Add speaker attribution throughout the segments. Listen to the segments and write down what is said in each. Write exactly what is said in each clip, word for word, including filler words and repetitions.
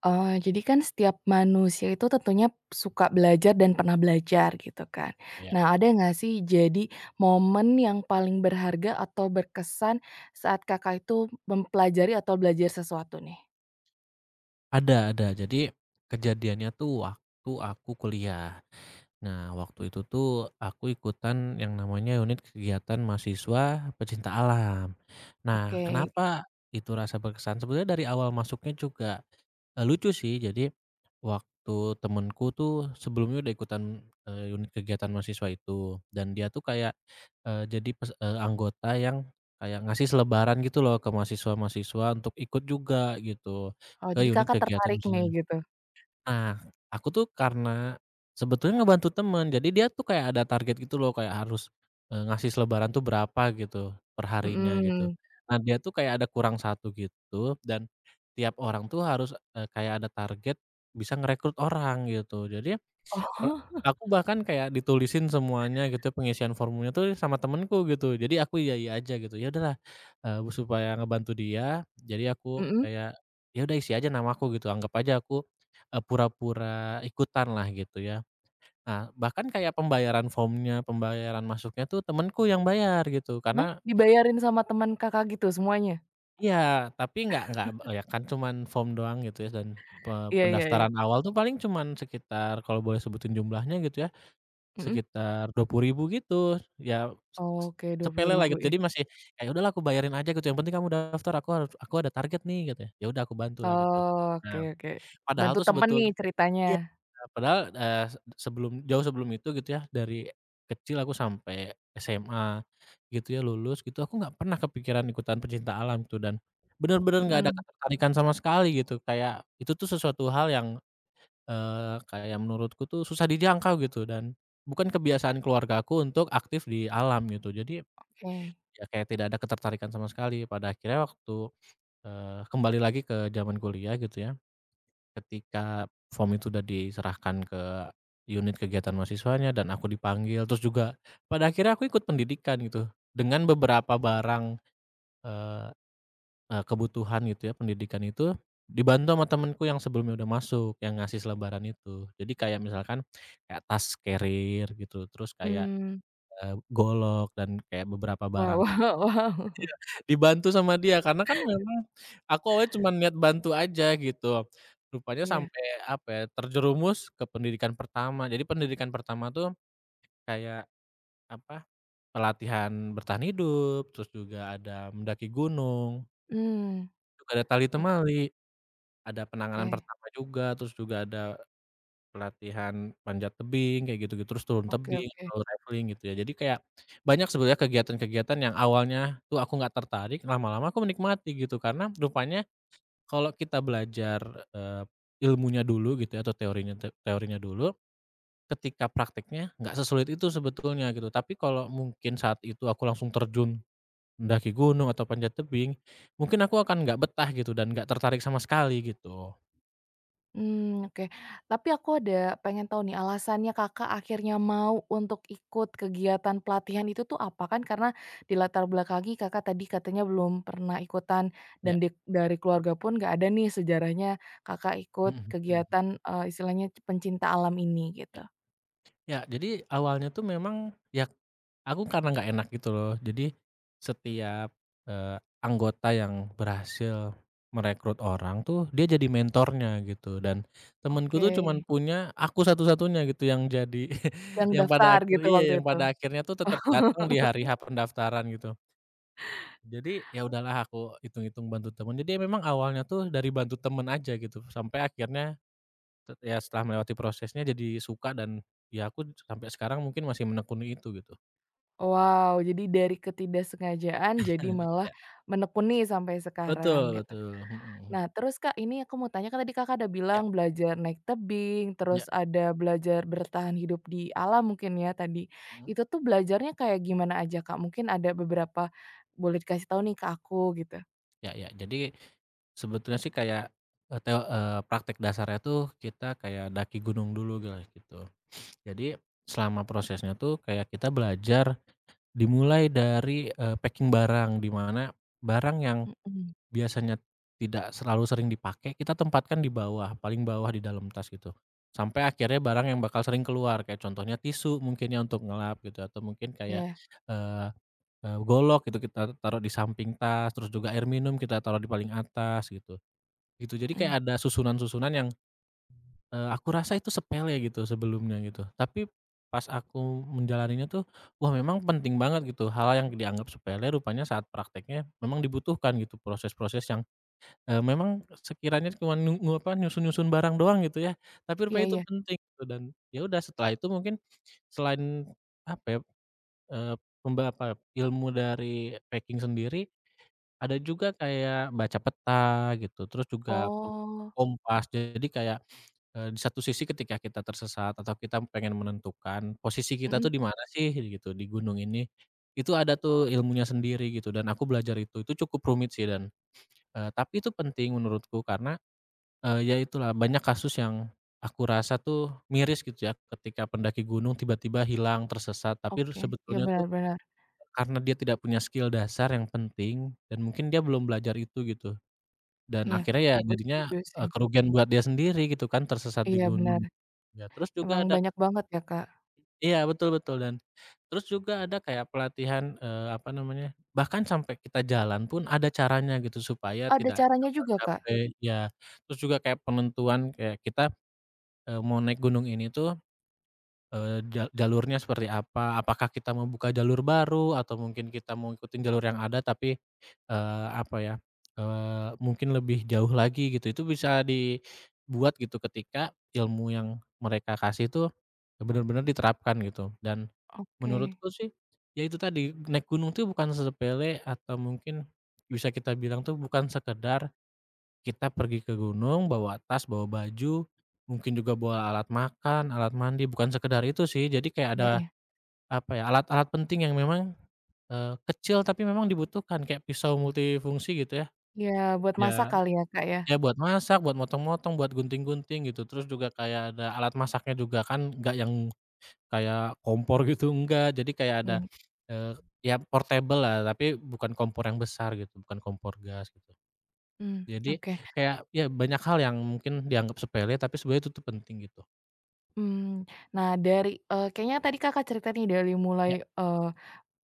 Speaker 1: Eee, jadi kan setiap manusia itu tentunya suka belajar dan pernah belajar gitu kan.
Speaker 2: Iya.
Speaker 1: Nah ada nggak sih jadi momen yang paling berharga atau berkesan saat Kakak itu mempelajari atau belajar sesuatu nih?
Speaker 2: Ada ada. Jadi kejadiannya tuh waktu aku kuliah. Nah, waktu itu tuh aku ikutan yang namanya unit kegiatan mahasiswa pecinta alam. Nah,
Speaker 1: Oke,
Speaker 2: kenapa itu rasa berkesan? Sebenarnya dari awal masuknya juga, eee, lucu sih. Jadi waktu temenku tuh sebelumnya udah ikutan, eee, unit kegiatan mahasiswa itu dan dia tuh kayak, eee, jadi pes eee, anggota yang kayak ngasih selebaran gitu loh ke mahasiswa-mahasiswa untuk ikut juga gitu
Speaker 1: oh
Speaker 2: ke
Speaker 1: jadi
Speaker 2: unit
Speaker 1: Kakak
Speaker 2: kegiatan.
Speaker 1: tertarik nih gitu?
Speaker 2: Nah, aku tuh karena sebetulnya ngebantu temen, jadi dia tuh kayak ada target gitu loh, kayak harus, eee, ngasih selebaran tuh berapa gitu, perharinya gitu.
Speaker 1: Mhm.
Speaker 2: Nah, dia tuh kayak ada kurang satu gitu, dan tiap orang tuh harus, eee, kayak ada target bisa ngerekrut orang gitu. Jadi Eee,
Speaker 1: Oh,
Speaker 2: aku bahkan kayak ditulisin semuanya gitu ya, pengisian formulnya tuh sama temenku gitu. Jadi aku iya iya aja gitu, ya udahlah, eee, supaya ngebantu dia, jadi aku
Speaker 1: mhm,
Speaker 2: kayak, ya udah isi aja namaku gitu, anggap aja aku, eee, pura-pura ikutanlah gitu ya. Nah, bahkan kayak pembayaran formnya, pembayaran masuknya tuh temenku yang bayar gitu,
Speaker 1: hah?
Speaker 2: karena
Speaker 1: Dibayarin sama teman Kakak gitu semuanya?
Speaker 2: iya, tapi nggak nggak. Ya kan cuman form doang gitu ya dan pe
Speaker 1: Iya iya iya,
Speaker 2: pendaftaran awal tuh paling cuman sekitar kalau boleh sebutin jumlahnya gitu ya,
Speaker 1: mhm.
Speaker 2: sekitar dua puluh ribu gitu, ya se
Speaker 1: Oke dua puluh
Speaker 2: sepele lah
Speaker 1: ribu
Speaker 2: gitu.
Speaker 1: ya?
Speaker 2: Jadi masih, "Ya udahlah aku bayarin aja," gitu, "yang penting kamu daftar, aku harus aku ada target nih," katanya. "Ya "Ya udah aku bantu lah," gitu.
Speaker 1: Oh, oke
Speaker 2: Nah,
Speaker 1: oke.
Speaker 2: padahal
Speaker 1: Bantu
Speaker 2: tuh
Speaker 1: temen nih
Speaker 2: sebetulnya
Speaker 1: ceritanya?
Speaker 2: iya, padahal, eee, se sebelum jauh sebelum itu gitu ya, dari kecil aku sampai S M A gitu ya, lulus gitu, aku nggak pernah kepikiran ikutan pecinta alam gitu dan bener-bener nggak ada
Speaker 1: Mhm,
Speaker 2: ketertarikan sama sekali gitu, kayak itu tuh sesuatu hal yang Eee, kayak menurutku tuh susah dijangkau gitu dan bukan kebiasaan keluarga aku untuk aktif di alam gitu. Jadi
Speaker 1: oke.
Speaker 2: ya kayak tidak ada ketertarikan sama sekali. Pada akhirnya waktu, eee, kembali lagi ke zaman kuliah gitu ya, ketika form itu udah diserahkan ke unit kegiatan mahasiswanya dan aku dipanggil, terus juga pada akhirnya aku ikut pendidikan gitu dengan beberapa barang, eee Eee, kebutuhan gitu ya, pendidikan itu, dibantu sama temenku yang sebelumnya udah masuk, yang ngasih selebaran itu. Jadi kayak misalkan, kayak tas carrier gitu, terus kayak,
Speaker 1: Hmm.
Speaker 2: eee, golok dan kayak beberapa
Speaker 1: Wow
Speaker 2: barang.
Speaker 1: wow wow.
Speaker 2: Dibantu sama dia, karena kan memang aku awalnya cuman niat bantu aja gitu. Rupanya
Speaker 1: Iya.
Speaker 2: sampai apa ya, terjerumus ke pendidikan pertama. Jadi pendidikan pertama tuh kayak apa, pelatihan bertahan hidup, terus juga ada mendaki gunung,
Speaker 1: Mmm,
Speaker 2: juga ada tali temali. Ada
Speaker 1: oke.
Speaker 2: penanganan pertama juga, terus juga ada pelatihan panjat tebing kayak gitu-gitu, terus turun
Speaker 1: Oke
Speaker 2: tebing
Speaker 1: oke.
Speaker 2: atau rappelling gitu ya. Jadi kayak banyak sebenarnya kegiatan-kegiatan yang awalnya tuh aku nggak tertarik, lama-lama aku menikmati gitu. Karena rupanya kalau kita belajar, eee, ilmunya dulu gitu ya atau teorinya te teorinya dulu, ketika prakteknya nggak sesulit itu sebetulnya gitu. Tapi kalau mungkin saat itu aku langsung terjun mendaki gunung atau panjat tebing, mungkin aku akan nggak betah gitu dan nggak tertarik sama sekali gitu.
Speaker 1: Mmm, oke. Tapi aku ada pengen tahu nih alasannya Kakak akhirnya mau untuk ikut kegiatan pelatihan itu tuh apa? Kan karena dilatar belakangi Kakak tadi katanya belum pernah ikutan
Speaker 2: Ya,
Speaker 1: dan dik dari keluarga pun nggak ada nih sejarahnya Kakak ikut
Speaker 2: mhm.
Speaker 1: kegiatan, eee, istilahnya pencinta alam ini
Speaker 2: Ya
Speaker 1: gitu.
Speaker 2: ya, jadi awalnya tuh memang ya aku karena nggak enak gitu loh. Jadi setiap, eee, anggota yang berhasil merekrut orang tuh dia jadi mentornya gitu dan temenku
Speaker 1: Oke,
Speaker 2: tuh cuman punya aku satu-satunya gitu yang jadi
Speaker 1: yang
Speaker 2: yang pada
Speaker 1: daftar
Speaker 2: akhir
Speaker 1: gitu
Speaker 2: iya,
Speaker 1: waktu
Speaker 2: yang
Speaker 1: itu?
Speaker 2: pada akhirnya tuh tetap datang di hari H pendaftaran gitu. Jadi ya udahlah aku hitung-hitung bantu temen, jadi ya memang awalnya tuh dari bantu temen aja gitu sampai akhirnya Te ya, setelah melewati prosesnya jadi suka dan ya aku sampai sekarang mungkin masih menekuni itu gitu.
Speaker 1: Wow, jadi dari ketidaksengajaan jadi malah
Speaker 2: Ya.
Speaker 1: menekuni sampai sekarang
Speaker 2: Betul
Speaker 1: gitu.
Speaker 2: betul, mhm.
Speaker 1: Nah terus Kak ini aku mau tanya, kan tadi Kakak ada
Speaker 2: Ya.
Speaker 1: bilang belajar naik tebing,
Speaker 2: Ya,
Speaker 1: terus ada belajar bertahan hidup di alam mungkin ya tadi.
Speaker 2: mhm,
Speaker 1: Itu tuh belajarnya kayak gimana aja Kak? Mungkin ada beberapa boleh dikasih tahu nih ke aku gitu?
Speaker 2: ya ya. Jadi sebetulnya sih kayak, eee, teo eee, praktek dasarnya tuh kita kayak daki gunung dulu guys gitu. Jadi selama prosesnya tuh kayak kita belajar dimulai dari, eee, packing barang, di mana barang yang
Speaker 1: Mhm,
Speaker 2: biasanya tidak selalu sering dipakai, kita tempatkan di bawah, paling bawah di dalam tas gitu. Sampai akhirnya barang yang bakal sering keluar, kayak contohnya tisu mungkin ya untuk ngelap gitu, atau mungkin kayak,
Speaker 1: iya,
Speaker 2: eee eee, golok gitu kita taruh di samping tas, terus juga air minum kita taruh di paling atas gitu, gitu. Jadi kayak
Speaker 1: mhm,
Speaker 2: ada susunan-susunan yang, eee, aku rasa itu sepele gitu sebelumnya gitu, tapi pas aku menjalaninya tuh, wah memang penting banget gitu, hal yang dianggap sepele rupanya saat prakteknya memang dibutuhkan gitu, proses-proses yang Eee, memang sekiranya cuman nu nu apa, nyusun-nyusun barang doang gitu ya, tapi
Speaker 1: iya
Speaker 2: rupanya itu
Speaker 1: iya.
Speaker 2: penting gitu dan ya udah setelah itu mungkin selain apa ya, eee, pemba apa, ilmu dari packing sendiri, ada juga kayak baca peta gitu, terus juga pem
Speaker 1: Oh,
Speaker 2: kompas. Jadi kayak, eee, di satu sisi ketika kita tersesat atau kita pengen menentukan posisi kita
Speaker 1: mhm,
Speaker 2: tuh di mana sih gitu di gunung ini, itu ada tuh ilmunya sendiri gitu dan aku belajar itu. Itu cukup rumit sih dan, eee, tapi itu penting menurutku karena Eee, ya itulah banyak kasus yang aku rasa tuh miris gitu ya ketika pendaki gunung tiba-tiba hilang, tersesat, tapi r
Speaker 1: oke. Iya
Speaker 2: sebetulnya
Speaker 1: benar
Speaker 2: tuh
Speaker 1: benar,
Speaker 2: karena dia tidak punya skill dasar yang penting dan mungkin dia belum belajar itu gitu dan
Speaker 1: iya
Speaker 2: akhirnya ya
Speaker 1: aku
Speaker 2: jadinya,
Speaker 1: setuju sih.
Speaker 2: eee, kerugian buat dia sendiri gitu kan tersesat di
Speaker 1: Iya benar,
Speaker 2: gunung. Ya, terus
Speaker 1: emang
Speaker 2: juga ada
Speaker 1: banyak banget ya Kak.
Speaker 2: iya betul betul dan terus juga ada kayak pelatihan, eee, apa namanya, bahkan sampai kita jalan pun ada caranya gitu supaya
Speaker 1: Ada
Speaker 2: tidak
Speaker 1: caranya
Speaker 2: gampang
Speaker 1: juga Kak?
Speaker 2: capek, ya. Terus juga kayak penentuan kayak kita Eee, mau naik gunung ini tuh, eee, ja jalurnya seperti apa? Apakah kita membuka jalur baru atau mungkin kita mau ngikutin jalur yang ada tapi, eee, apa ya, eee, mungkin lebih jauh lagi gitu. Itu bisa dibuat gitu ketika ilmu yang mereka kasih tuh benar-benar diterapkan gitu. Dan, mhm,
Speaker 1: Oke,
Speaker 2: menurutku sih, ya itu tadi naik gunung tuh bukan sepele atau mungkin bisa kita bilang tuh bukan sekedar kita pergi ke gunung, bawa tas, bawa baju, mungkin juga bawa alat makan, alat mandi, bukan sekedar itu sih. Jadi kayak ada,
Speaker 1: enggak ya?
Speaker 2: apa ya, alat-alat penting yang memang, eee, kecil tapi memang dibutuhkan, kayak pisau multifungsi gitu ya.
Speaker 1: Iya, buat masak
Speaker 2: Ya
Speaker 1: kali ya, Kak, ya?
Speaker 2: ya, buat masak, buat motong-motong, buat gunting-gunting gitu. Terus juga kayak ada alat masaknya juga kan nggak yang kayak kompor gitu, enggak. Jadi kayak ada,
Speaker 1: Mmm,
Speaker 2: eee, ya portable lah, tapi bukan kompor yang besar gitu, bukan kompor gas gitu.
Speaker 1: mmm,
Speaker 2: Jadi,
Speaker 1: oke.
Speaker 2: kayak ya banyak hal yang mungkin dianggap sepele tapi sebenarnya itu tuh penting gitu.
Speaker 1: Mmm, nah dari eee, kayaknya tadi Kakak cerita nih dari mulai,
Speaker 2: Ya,
Speaker 1: eee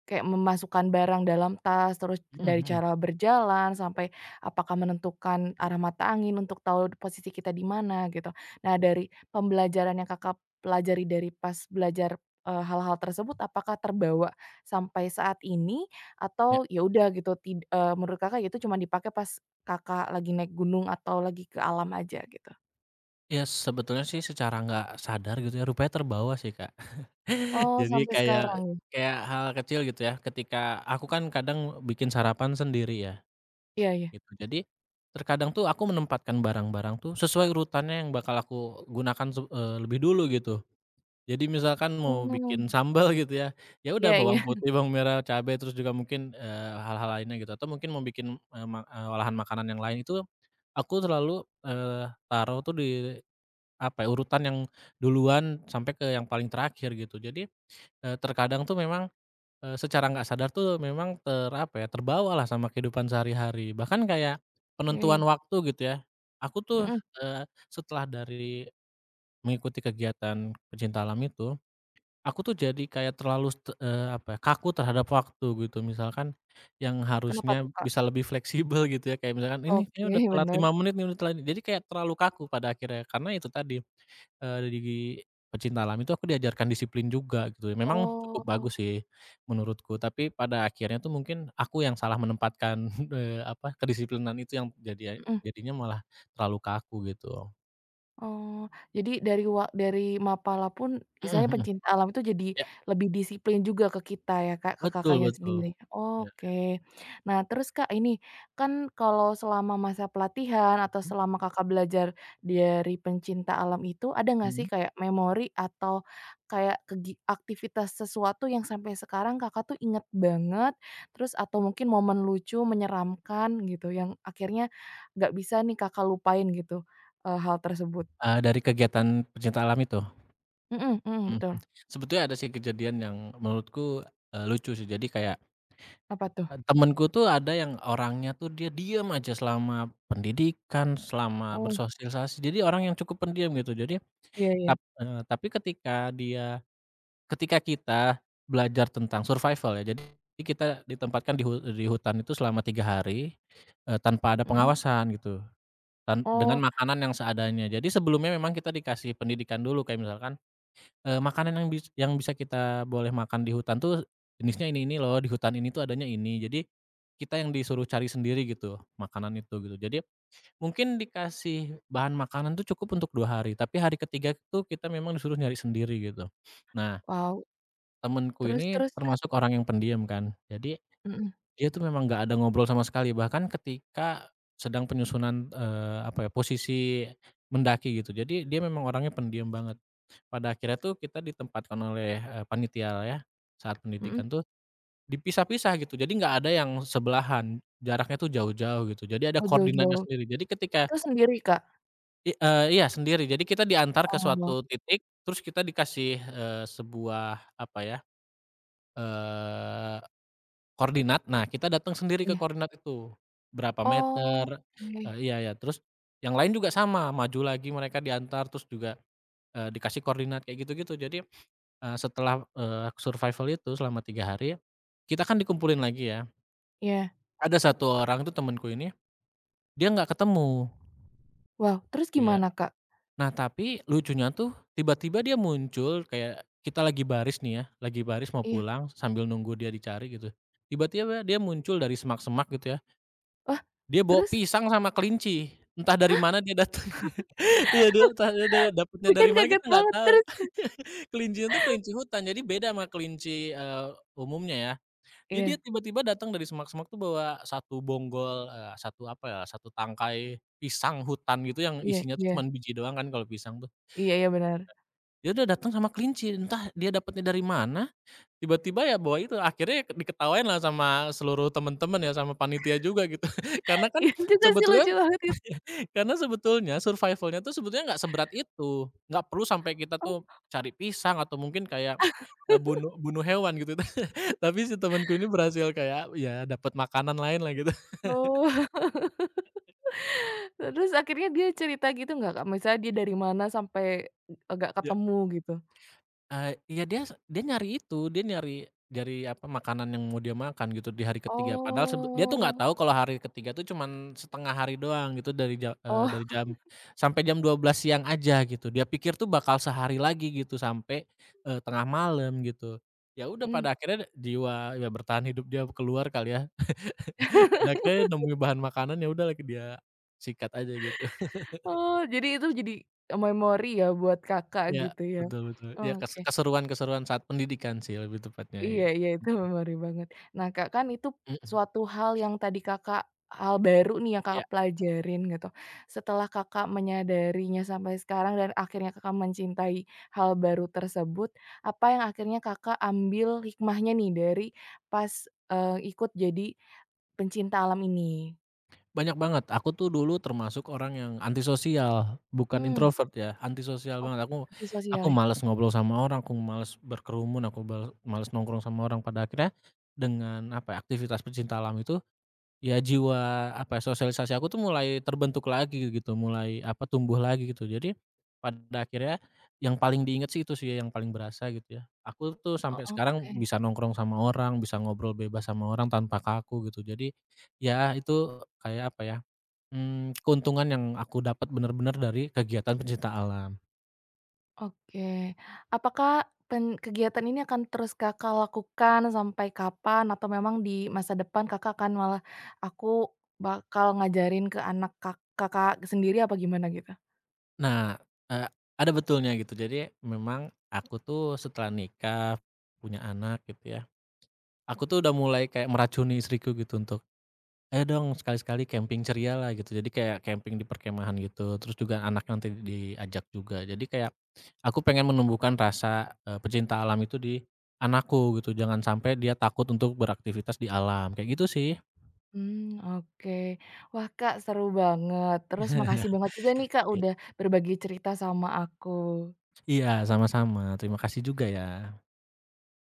Speaker 1: Kayak memasukkan barang dalam tas, terus
Speaker 2: mhm. Mhm,
Speaker 1: dari
Speaker 2: mhm,
Speaker 1: cara berjalan sampai apakah menentukan arah mata angin untuk tahu posisi kita di mana gitu. Nah dari pembelajaran yang Kakak pelajari dari pas belajar, eee, hal-hal tersebut apakah terbawa sampai saat ini
Speaker 2: ya.
Speaker 1: atau ya udah gitu tid eee, menurut Kakak itu cuma dipakai pas Kakak lagi naik gunung atau lagi ke alam aja gitu?
Speaker 2: Ya, sebetulnya sih secara nggak sadar gitu ya rupanya terbawa sih, Kak.
Speaker 1: Oh
Speaker 2: Jadi
Speaker 1: sampai sekarang
Speaker 2: kayak
Speaker 1: ya?
Speaker 2: kayak hal kecil gitu ya ketika aku kan kadang bikin sarapan sendiri ya
Speaker 1: Iya iya.
Speaker 2: gitu. Jadi, terkadang tuh aku menempatkan barang-barang tuh sesuai urutannya yang bakal aku gunakan se eee, lebih dulu gitu. Jadi misalkan mau
Speaker 1: Mmm,
Speaker 2: bikin sambal gitu ya, ya udah
Speaker 1: iya iya.
Speaker 2: bawang putih, bawang merah, cabe, terus juga mungkin, eee, hal-hal lainnya gitu, atau mungkin mau bikin, eee, ma eee, olahan makanan yang lain itu, aku selalu, eee, taruh tuh di, apa ya, urutan yang duluan sampai ke yang paling terakhir gitu. Jadi, eee, terkadang tuh memang, eee, secara nggak sadar tuh memang ter apa ya, terbawalah sama kehidupan sehari-hari. Bahkan kayak penentuan
Speaker 1: Oke.
Speaker 2: waktu gitu ya, aku tuh,
Speaker 1: Mhm,
Speaker 2: eee, setelah dari mengikuti kegiatan pecinta alam itu, aku tuh jadi kayak terlalu st eee, apa ya, kaku terhadap waktu gitu. Misalkan yang
Speaker 1: kenapa
Speaker 2: harusnya
Speaker 1: tuh, Kak?
Speaker 2: bisa lebih fleksibel gitu ya, kayak misalkan, "Ini kayaknya
Speaker 1: Oke
Speaker 2: udah telat
Speaker 1: bener.
Speaker 2: lima menit nih, udah telat," nih. Jadi kayak terlalu kaku pada akhirnya, karena itu tadi, eee, di pecinta alam itu aku diajarkan disiplin juga gitu ya. Memang cukup
Speaker 1: Oh,
Speaker 2: bagus sih menurutku, tapi pada akhirnya tuh mungkin aku yang salah menempatkan, eee, apa, kedisiplinan itu yang jadi
Speaker 1: mhm.
Speaker 2: jadinya malah terlalu kaku gitu.
Speaker 1: Oh, jadi dari wa dari Mapala pun
Speaker 2: Mhm,
Speaker 1: istilahnya
Speaker 2: mhm.
Speaker 1: pencinta alam itu jadi
Speaker 2: Ya,
Speaker 1: lebih disiplin juga ke kita ya Kak, ke
Speaker 2: betul
Speaker 1: Kakaknya
Speaker 2: betul.
Speaker 1: sendiri.
Speaker 2: Ya,
Speaker 1: Oke. Nah terus Kak ini, kan kalau selama masa pelatihan atau
Speaker 2: mmm,
Speaker 1: selama Kakak belajar dari pencinta alam itu, ada nggak sih
Speaker 2: mhm.
Speaker 1: kayak memori atau kayak kegi aktivitas sesuatu yang sampai sekarang Kakak tuh inget banget, terus atau mungkin momen lucu, menyeramkan gitu yang akhirnya nggak bisa nih Kakak lupain gitu, eee, hal tersebut?
Speaker 2: Eee, dari kegiatan pecinta alam itu?
Speaker 1: Mhm mhm,
Speaker 2: Mhm.
Speaker 1: betul.
Speaker 2: Sebetulnya ada sih kejadian yang menurutku, eee, lucu sih. Jadi kayak,
Speaker 1: Apa tuh?
Speaker 2: eee, temenku tuh ada yang orangnya tuh dia diem aja selama pendidikan, selama
Speaker 1: Oh,
Speaker 2: bersosialisasi. Jadi orang yang cukup pendiam gitu. Jadi
Speaker 1: iya iya.
Speaker 2: tap eee, tapi ketika dia ketika kita belajar tentang survival ya, jadi kita ditempatkan di hu di hutan itu selama tiga hari, eee, tanpa ada
Speaker 1: Mhm.
Speaker 2: pengawasan gitu, tan dengan
Speaker 1: Oh,
Speaker 2: makanan yang seadanya. Jadi sebelumnya memang kita dikasih pendidikan dulu kayak misalkan Eee, makanan yang bis yang bisa kita boleh makan di hutan tuh jenisnya ini ini loh, di hutan ini tuh adanya ini. Jadi, kita yang disuruh cari sendiri gitu, makanan itu gitu. Jadi, mungkin dikasih bahan makanan tuh cukup untuk dua hari, tapi hari ketiga tuh kita memang disuruh nyari sendiri gitu. Nah,
Speaker 1: wow.
Speaker 2: temenku
Speaker 1: Terus
Speaker 2: ini
Speaker 1: terus, Kak?
Speaker 2: termasuk orang yang pendiam kan. Jadi,
Speaker 1: Mhm
Speaker 2: dia tuh memang nggak ada ngobrol sama sekali, bahkan ketika sedang penyusunan, eee, apa ya, posisi mendaki gitu. Jadi, dia memang orangnya pendiam banget. Pada akhirnya tuh kita ditempatkan oleh, eee, panitia ya, saat
Speaker 1: mhm.
Speaker 2: pendidikan tuh dipisah-pisah gitu, jadi nggak ada yang sebelahan, jaraknya tuh jauh-jauh gitu, jadi ada
Speaker 1: Oh,
Speaker 2: koordinatnya
Speaker 1: jauh-jauh.
Speaker 2: sendiri. Jadi ketika
Speaker 1: Itu sendiri, Kak?
Speaker 2: i eee, iya sendiri, jadi kita diantar ke
Speaker 1: Oh,
Speaker 2: suatu titik, terus kita dikasih, eee, sebuah apa ya, eee, koordinat, nah kita datang sendiri ke
Speaker 1: iya.
Speaker 2: koordinat itu, berapa meter.
Speaker 1: Oke,
Speaker 2: eee, iya iya, terus yang lain juga sama, maju lagi mereka diantar, terus juga, eee, dikasih koordinat kayak gitu-gitu. Jadi Eee, setelah, eee, survival itu selama tiga hari, kita kan dikumpulin lagi ya.
Speaker 1: iya.
Speaker 2: Ada satu orang tuh temanku ini, dia nggak ketemu.
Speaker 1: Wow, terus
Speaker 2: Ya.
Speaker 1: gimana, Kak?
Speaker 2: Nah tapi lucunya tuh tiba-tiba dia muncul kayak kita lagi baris nih ya, lagi baris mau
Speaker 1: Iya.
Speaker 2: pulang sambil nunggu dia dicari gitu. Tiba-tiba dia muncul dari semak-semak gitu ya,
Speaker 1: Wah,
Speaker 2: dia bawa
Speaker 1: terus?
Speaker 2: pisang sama kelinci. Entah dari mana dia datang. Iya, dia entah dia da dapatnya
Speaker 1: Tapi kan
Speaker 2: dari mana
Speaker 1: kaget
Speaker 2: kita nggak
Speaker 1: banget,
Speaker 2: tahu.
Speaker 1: terus?
Speaker 2: Kelincinya tuh kelinci hutan, jadi beda sama kelinci, eee, umumnya ya. Jadi dia
Speaker 1: Iya
Speaker 2: tiba-tiba datang dari semak-semak tuh bawa satu bonggol, eee, satu apa ya, satu tangkai pisang hutan gitu yang
Speaker 1: iya
Speaker 2: isinya tuh
Speaker 1: iya.
Speaker 2: cuman biji doang kan kalau pisang tuh.
Speaker 1: Iya iya, benar.
Speaker 2: Dia udah datang sama kelinci, entah dia dapatnya dari mana, tiba-tiba ya bawa itu, akhirnya diketawain lah sama seluruh temen-temen ya, sama panitia juga gitu. Karena kan
Speaker 1: Iya juga sih,
Speaker 2: sebetulnya
Speaker 1: lucu banget itu.
Speaker 2: karena sebetulnya survival-nya tuh sebetulnya nggak seberat itu, nggak perlu sampai kita tuh cari pisang atau mungkin kayak, eee, bunuh bunuh hewan gitu. Tapi si temenku ini berhasil kayak ya dapat makanan lain lah gitu.
Speaker 1: Oh. Terus akhirnya dia cerita gitu nggak, Kak? Misalnya dia dari mana sampai, agak
Speaker 2: Ya.
Speaker 1: ketemu gitu?
Speaker 2: Eee, iya, dia dia nyari itu, dia nyari nyari apa, makanan yang mau dia makan gitu di hari ketiga. Padahal sebe dia tuh nggak
Speaker 1: Oh.
Speaker 2: tahu kalau hari ketiga tuh cuman setengah hari doang gitu dari ja eee,
Speaker 1: Oh,
Speaker 2: dari jam sampai jam dua belas siang aja gitu. Dia pikir tuh bakal sehari lagi gitu sampai, eee, tengah malam gitu. Ya udah
Speaker 1: mmm.
Speaker 2: pada akhirnya jiwa, ya, bertahan hidup dia keluar kali ya, pada akhirnya nemuin bahan makanan ya udah lagi dia sikat aja gitu.
Speaker 1: Oh, jadi itu jadi memori ya buat Kakak
Speaker 2: Ya,
Speaker 1: gitu ya?
Speaker 2: betul betul. Ya, kes
Speaker 1: Oke,
Speaker 2: keseruan-keseruan saat pendidikan sih lebih tepatnya,
Speaker 1: iya
Speaker 2: ya.
Speaker 1: iya itu memori banget. Nah, Kak, kan itu suatu hal yang tadi Kakak hal baru nih yang
Speaker 2: Iya,
Speaker 1: Kakak pelajarin gitu. Setelah Kakak menyadarinya sampai sekarang dan akhirnya Kakak mencintai hal baru tersebut, apa yang akhirnya Kakak ambil hikmahnya nih dari pas, eee, ikut jadi pencinta alam ini?
Speaker 2: banyak banget. Aku tuh dulu termasuk orang yang antisosial, bukan
Speaker 1: Hmm,
Speaker 2: introvert ya, antisosial
Speaker 1: oh,
Speaker 2: banget. Aku
Speaker 1: anti
Speaker 2: aku
Speaker 1: sosial ya?
Speaker 2: malas ngobrol sama orang, aku malas berkerumun, aku bal males nongkrong sama orang. Pada akhirnya dengan, apa ya, aktivitas pecinta alam itu, ya jiwa, apa ya, sosialisasi aku tuh mulai terbentuk lagi gitu, mulai, apa, tumbuh lagi gitu. Jadi, pada akhirnya yang paling diingat sih itu sih ya, yang paling berasa gitu ya. Aku tuh
Speaker 1: Oh,
Speaker 2: sampai
Speaker 1: oke.
Speaker 2: sekarang bisa nongkrong sama orang, bisa ngobrol bebas sama orang tanpa kaku gitu. Jadi, ya itu kayak, apa ya, mmm, keuntungan yang aku dapat benar-benar dari kegiatan pencinta alam.
Speaker 1: Oke. Apakah pen kegiatan ini akan terus Kakak lakukan sampai kapan? Atau memang di masa depan Kakak akan malah, "Aku bakal ngajarin ke anak kak Kakak sendiri," apa gimana gitu?
Speaker 2: Nah, eee, ada betulnya gitu. Jadi memang aku tuh setelah nikah, punya anak gitu ya, aku tuh udah mulai kayak meracuni istriku gitu untuk, "Ayo dong sekali-sekali camping ceria lah," gitu. Jadi kayak camping di perkemahan gitu, terus juga anak nanti diajak juga. Jadi kayak aku pengen menumbuhkan rasa, eee, pecinta alam itu di anakku gitu, jangan sampai dia takut untuk beraktivitas di alam, kayak gitu sih.
Speaker 1: Hmm, oke. Wah, Kak, seru banget. Terus makasih banget juga nih, Kak,
Speaker 2: Iya.
Speaker 1: udah berbagi cerita sama aku.
Speaker 2: Iya, sama-sama. Terima kasih juga ya.